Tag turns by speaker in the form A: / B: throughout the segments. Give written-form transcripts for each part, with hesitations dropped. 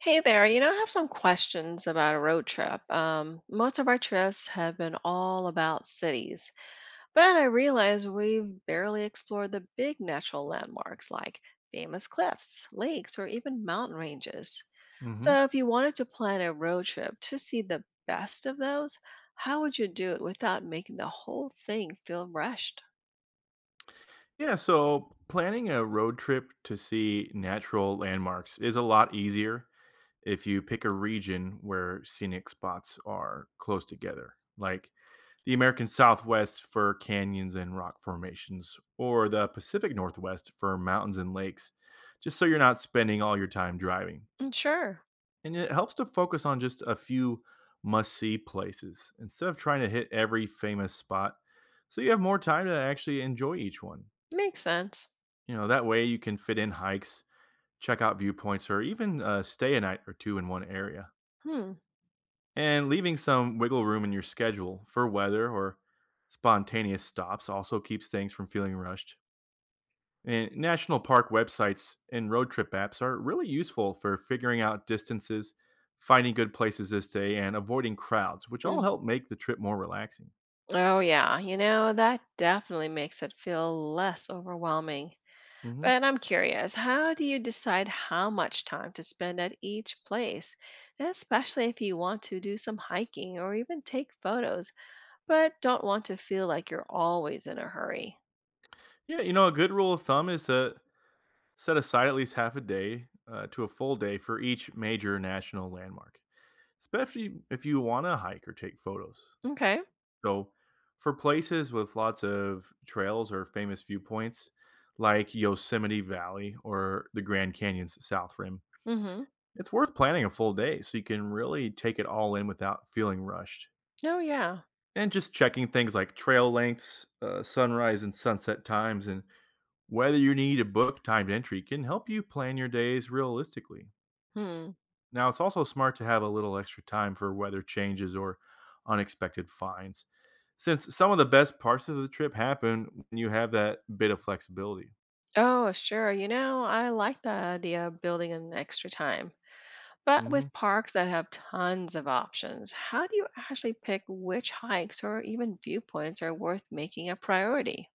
A: Hey there, I have some questions about a road trip. Most of our trips have been all about cities, but I realize we've barely explored the big natural landmarks like famous cliffs, lakes, or even mountain ranges.
B: hmm
A: So, if you wanted to plan a road trip to see the best of those, how would you do it without making the whole thing feel rushed?
B: Yeah, so planning a road trip to see natural landmarks is a lot easier if you pick a region where scenic spots are close together, like the American Southwest for canyons and rock formations, or the Pacific Northwest for mountains and lakes, just so you're not spending all your time driving.
A: Mm, sure,
B: And it helps to focus on just a few must see places instead of trying to hit every famous spot so you have more time to actually enjoy each one.
A: makes sense.
B: You know, that way you can fit in hikes, check out viewpoints, or even stay a night or two in one area,
A: Hmm.
B: and leaving some wiggle room in your schedule for weather or spontaneous stops also keeps things from feeling rushed. And national park websites and road trip apps are really useful for figuring out distances, finding good places to stay, and avoiding crowds, which all help make the trip more relaxing.
A: Oh, yeah. That definitely makes it feel less overwhelming.
B: hmm
A: But I'm curious, how do you decide how much time to spend at each place, especially if you want to do some hiking or even take photos, but don't want to feel like you're always in a hurry?
B: Yeah, you know, a good rule of thumb is to set aside at least half a day to a full day for each major national landmark, especially if you want to hike or take photos.
A: Okay.
B: So, for places with lots of trails or famous viewpoints, like Yosemite Valley or the Grand Canyon's South Rim,
A: Mm-hmm.
B: it's worth planning a full day so you can really take it all in without feeling rushed.
A: Oh, yeah.
B: And just checking things like trail lengths, sunrise and sunset times, and whether you need a book timed entry can help you plan your days realistically.
A: Hmm.
B: Now, it's also smart to have a little extra time for weather changes or unexpected finds, since some of the best parts of the trip happen when you have that bit of flexibility.
A: Oh, sure. I like the idea of building an extra time. But
B: hmm
A: with parks that have tons of options, how do you actually pick which hikes or even viewpoints are worth making a priority?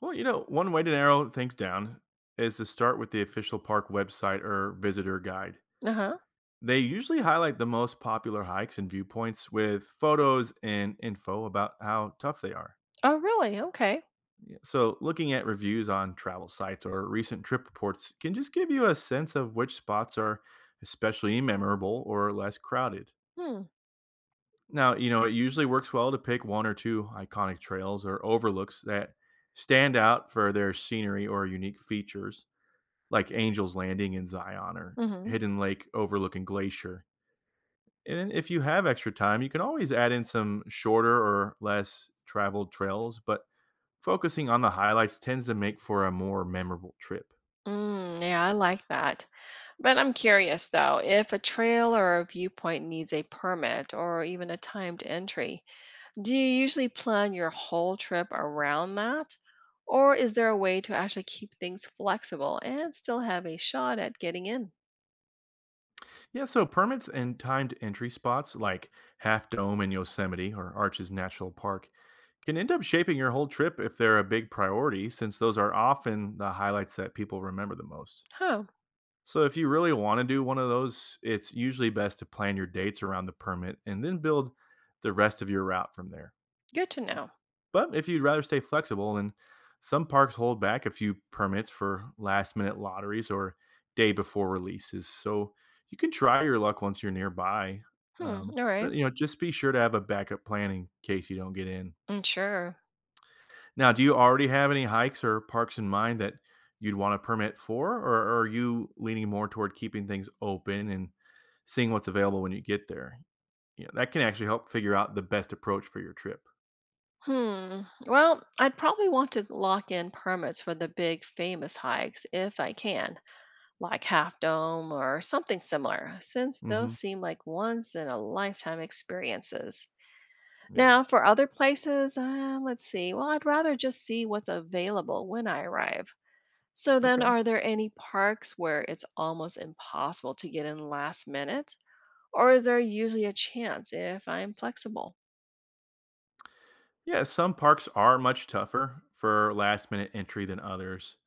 B: Well, you know, one way to narrow things down is to start with the official park website or visitor guide.
A: Uh huh.
B: They usually highlight the most popular hikes and viewpoints with photos and info about how tough they are.
A: Oh, really? Okay.
B: Yeah. So, looking at reviews on travel sites or recent trip reports can just give you a sense of which spots are especially memorable or less crowded.
A: Hmm.
B: Now, you know, it usually works well to pick one or two iconic trails or overlooks that stand out for their scenery or unique features, like Angel's Landing in Zion or
A: Mm-hmm.
B: Hidden Lake overlooking Glacier. And if you have extra time, you can always add in some shorter or less traveled trails, but focusing on the highlights tends to make for a more memorable trip.
A: Mm, yeah, I like that. But I'm curious though, if a trail or a viewpoint needs a permit or even a timed entry, do you usually plan your whole trip around that? Or is there a way to actually keep things flexible and still have a shot at getting in?
B: Yeah, so permits and timed entry spots like Half Dome in Yosemite or Arches National Park can end up shaping your whole trip if they're a big priority, since those are often the highlights that people remember the most.
A: Huh,
B: So, if you really want to do one of those, it's usually best to plan your dates around the permit and then build the rest of your route from there.
A: good to know.
B: But if you'd rather stay flexible, then some parks hold back a few permits for last minute lotteries or day before releases. So you can try your luck once you're nearby.
A: Hmm. All right.
B: But you know, just be sure to have a backup plan in case you don't get in.
A: Mm, sure.
B: Now, do you already have any hikes or parks in mind that you'd want a permit for, or are you leaning more toward keeping things open and seeing what's available when you get there? You know, that can actually help figure out the best approach for your trip.
A: Hmm. Well, I'd probably want to lock in permits for the big famous hikes if I can, like Half Dome or something similar, since those
B: hmm
A: seem like once in a lifetime experiences.
B: Yeah.
A: Now, for other places, let's see. Well, I'd rather just see what's available when I arrive. So, then
B: Okay.
A: are there any parks where it's almost impossible to get in last minute? Or is there usually a chance if I'm flexible?
B: Yeah, some parks are much tougher for last minute entry than others.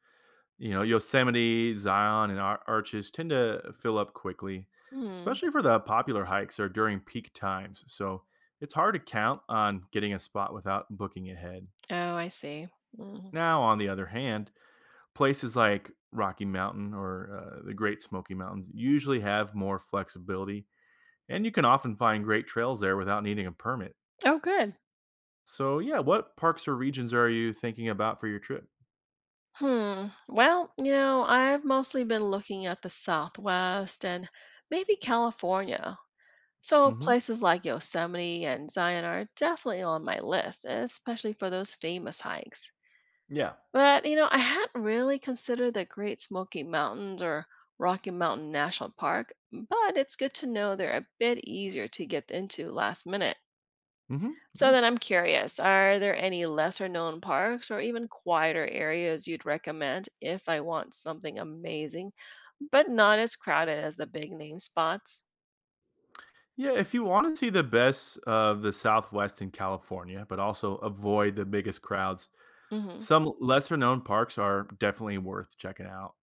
B: You know, Yosemite, Zion, and Arches tend to fill up quickly,
A: Hmm.
B: especially for the popular hikes or during peak times. So it's hard to count on getting a spot without booking ahead.
A: Oh, I see. Mm.
B: Now, on the other hand, places like Rocky Mountain or the Great Smoky Mountains usually have more flexibility, and you can often find great trails there without needing a permit.
A: Oh, good.
B: So, yeah, what parks or regions are you thinking about for your trip?
A: Hmm. Well, I've mostly been looking at the Southwest and maybe California. So
B: Mhm.
A: places like Yosemite and Zion are definitely on my list, especially for those famous hikes.
B: Yeah.
A: But, I hadn't really considered the Great Smoky Mountains or Rocky Mountain National Park, but it's good to know they're a bit easier to get into last minute.
B: hmm Yeah.
A: So then I'm curious, are there any lesser known parks or even quieter areas you'd recommend if I want something amazing, but not as crowded as the big name spots?
B: Yeah, if you want to see the best of the Southwest in California, but also avoid the biggest crowds,
A: Mm-hmm.
B: some lesser known parks are definitely worth checking out,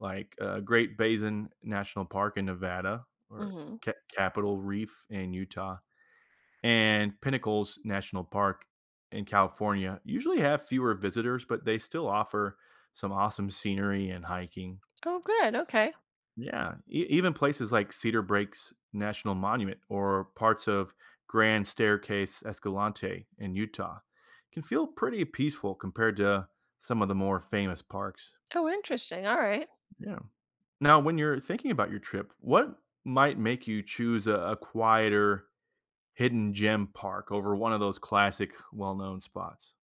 B: like Great Basin National Park in Nevada or
A: Mm-hmm.
B: Capitol Reef in Utah, and Pinnacles National Park in California. Usually have fewer visitors, but they still offer some awesome scenery and hiking.
A: Oh, good. Okay.
B: Yeah, even places like Cedar Breaks National Monument or parts of Grand Staircase Escalante in Utah can feel pretty peaceful compared to some of the more famous parks.
A: Oh, interesting. All right.
B: Yeah. Now, when you're thinking about your trip, what might make you choose a quieter hidden gem park over one of those classic, well-known spots?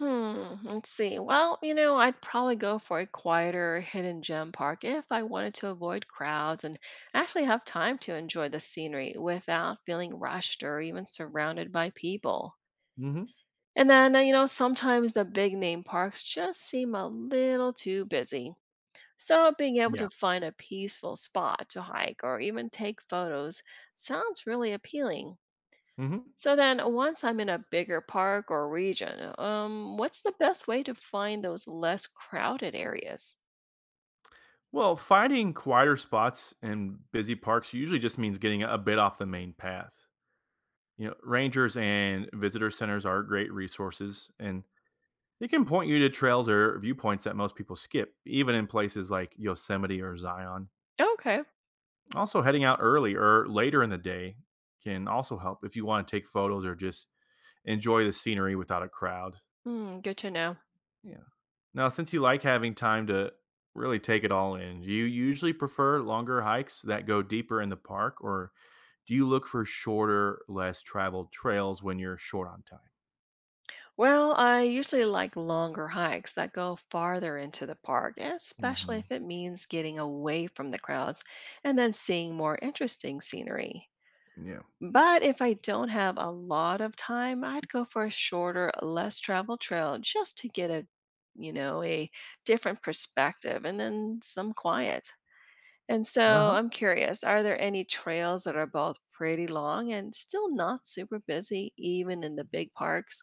A: Hmm. Let's see. Well, I'd probably go for a quieter hidden gem park if I wanted to avoid crowds and actually have time to enjoy the scenery without feeling rushed or even surrounded by people.
B: hmm
A: And then, sometimes the big name parks just seem a little too busy. So, being able
B: Yeah.
A: to find a peaceful spot to hike or even take photos sounds really appealing.
B: hmm
A: So, then once I'm in a bigger park or region, what's the best way to find those less crowded areas?
B: Well, finding quieter spots in busy parks usually just means getting a bit off the main path. You know, rangers and visitor centers are great resources, and they can point you to trails or viewpoints that most people skip, even in places like Yosemite or Zion.
A: Okay.
B: Also, heading out early or later in the day can also help if you want to take photos or just enjoy the scenery without a crowd.
A: Hmm, good to know.
B: Yeah. Now, since you like having time to really take it all in, do you usually prefer longer hikes that go deeper in the park, or do you look for shorter, less traveled trails when you're short on time?
A: Well, I usually like longer hikes that go farther into the park, especially
B: hmm
A: if it means getting away from the crowds and then seeing more interesting scenery.
B: Yeah.
A: But if I don't have a lot of time, I'd go for a shorter, less traveled trail just to get a, a different perspective and then some quiet. And so
B: Uh-huh.
A: I'm curious, are there any trails that are both pretty long and still not super busy, even in the big parks?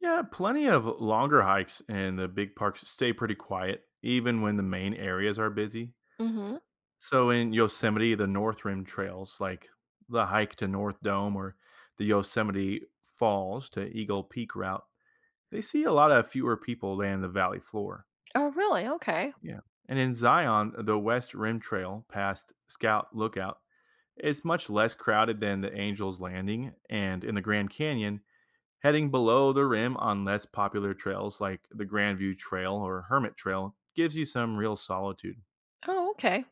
B: Yeah, plenty of longer hikes in the big parks stay pretty quiet, even when the main areas are busy.
A: Hmm.
B: So in Yosemite, the North Rim trails, like the hike to North Dome or the Yosemite Falls to Eagle Peak route, they see a lot of fewer people than the valley floor.
A: Oh, really? Okay.
B: Yeah. And in Zion, the West Rim Trail past Scout Lookout is much less crowded than the Angel's Landing. And in the Grand Canyon, heading below the rim on less popular trails like the Grandview Trail or Hermit Trail gives you some real solitude.
A: Oh, okay.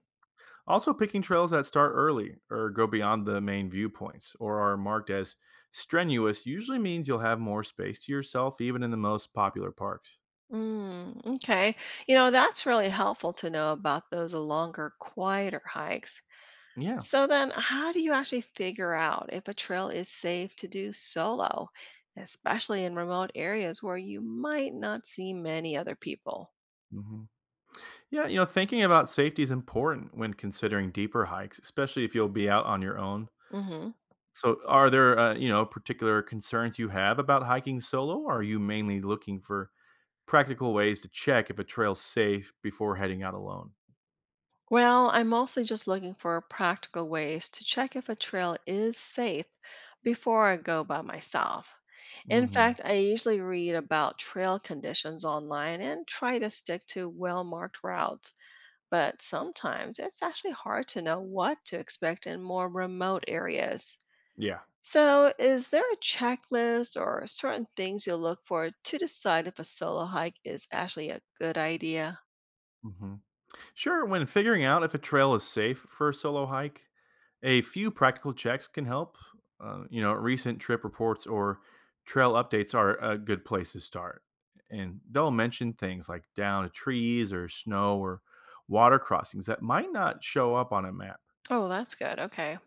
B: Also, picking trails that start early or go beyond the main viewpoints or are marked as strenuous usually means you'll have more space to yourself, even in the most popular parks.
A: Mm, okay. That's really helpful to know about those longer, quieter hikes.
B: Yeah.
A: So then, how do you actually figure out if a trail is safe to do solo, especially in remote areas where you might not see many other people?
B: hmm Yeah, you know, thinking about safety is important when considering deeper hikes, especially if you'll be out on your own. So, are there, you know, particular concerns you have about hiking solo? Or are you mainly looking for practical ways to check if a trail's safe before heading out alone.
A: Well, I'm mostly just looking for practical ways to check if a trail is safe before I go by myself. In
B: hmm
A: fact, I usually read about trail conditions online and try to stick to well marked routes, but sometimes it's actually hard to know what to expect in more remote areas.
B: Yeah.
A: So, is there a checklist or certain things you'll look for to decide if a solo hike is actually a good idea?
B: hmm Sure, when figuring out if a trail is safe for a solo hike, a few practical checks can help. You know, recent trip reports or trail updates are a good place to start. And they'll mention things like downed trees or snow or water crossings that might not show up on a map.
A: Oh, that's good. Okay.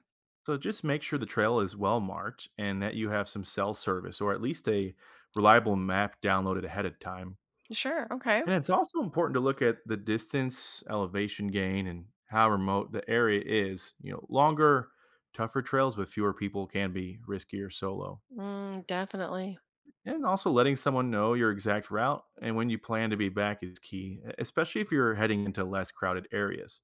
B: So just make sure the trail is well marked and that you have some cell service or at least a reliable map downloaded ahead of time.
A: Sure. Okay.
B: And it's also important to look at the distance, elevation gain, and how remote the area is. You know, longer, tougher trails with fewer people can be riskier solo.
A: Mm, definitely.
B: And also letting someone know your exact route and when you plan to be back is key, especially if you're heading into less crowded areas.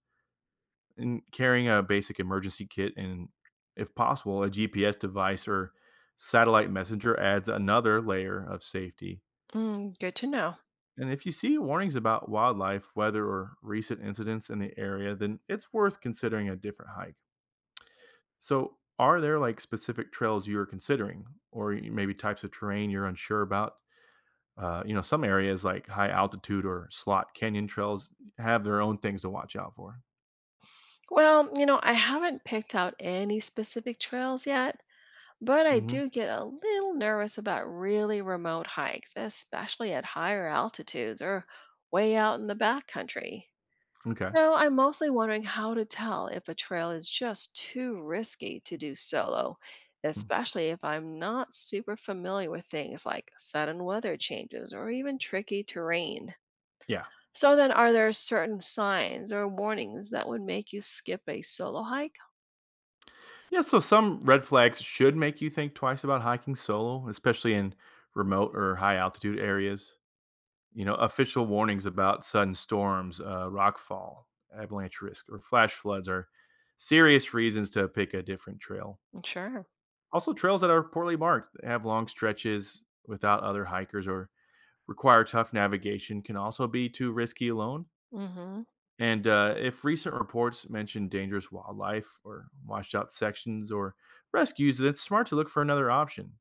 B: And carrying a basic emergency kit and, if possible, a GPS device or satellite messenger adds another layer of safety.
A: Mm, good to know.
B: And if you see warnings about wildlife, weather, or recent incidents in the area, then it's worth considering a different hike. So, are there like specific trails you're considering, or maybe types of terrain you're unsure about? You know, some areas like high altitude or slot canyon trails have their own things to watch out for.
A: Well, I haven't picked out any specific trails yet, but I
B: hmm
A: do get a little nervous about really remote hikes, especially at higher altitudes or way out in the backcountry.
B: Okay.
A: So I'm mostly wondering how to tell if a trail is just too risky to do solo,
B: Mm.
A: especially if I'm not super familiar with things like sudden weather changes or even tricky terrain.
B: Yeah.
A: So then are there certain signs or warnings that would make you skip a solo hike?
B: Yeah, so some red flags should make you think twice about hiking solo, especially in remote or high altitude areas. You know, official warnings about sudden storms, rockfall, avalanche risk, or flash floods are serious reasons to pick a different trail.
A: Sure.
B: Also, trails that are poorly marked, that have long stretches without other hikers, or require tough navigation can also be too risky alone.
A: Mm-hmm.
B: And if recent reports mention dangerous wildlife or washed out sections or rescues, then it's smart to look for another option.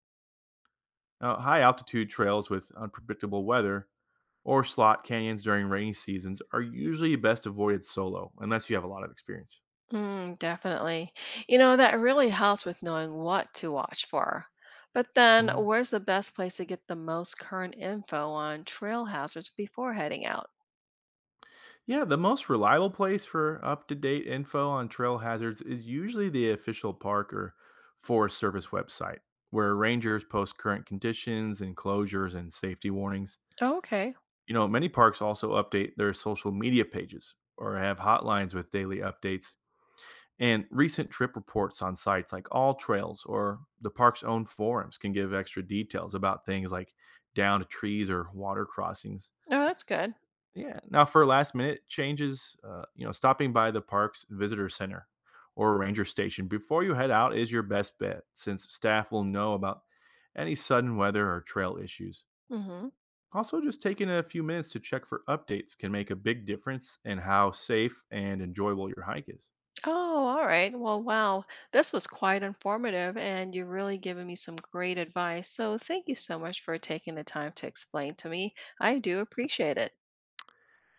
B: Now, high altitude trails with unpredictable weather or slot canyons during rainy seasons are usually best avoided solo unless you have a lot of experience.
A: Mm, definitely. That really helps with knowing what to watch for. But then,
B: hmm
A: where's the best place to get the most current info on trail hazards before heading out?
B: Yeah, the most reliable place for up to date info on trail hazards is usually the official park or Forest Service website, where rangers post current conditions, enclosures, and safety warnings.
A: Oh, okay.
B: You know, many parks also update their social media pages or have hotlines with daily updates. And recent trip reports on sites like All Trails or the park's own forums can give extra details about things like downed trees or water crossings.
A: Oh, that's good.
B: Yeah. Now, for last minute changes, you know, stopping by the park's visitor center or ranger station before you head out is your best bet since staff will know about any sudden weather or trail issues.
A: Mm-hmm.
B: Also, just taking a few minutes to check for updates can make a big difference in how safe and enjoyable your hike is.
A: Oh, all right. Well, wow. This was quite informative, and you're really giving me some great advice. So, thank you so much for taking the time to explain to me. I do appreciate it.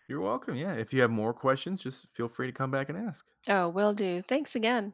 B: You're welcome. Yeah. If you have more questions, just feel free to come back and ask.
A: Oh, will do. Thanks again.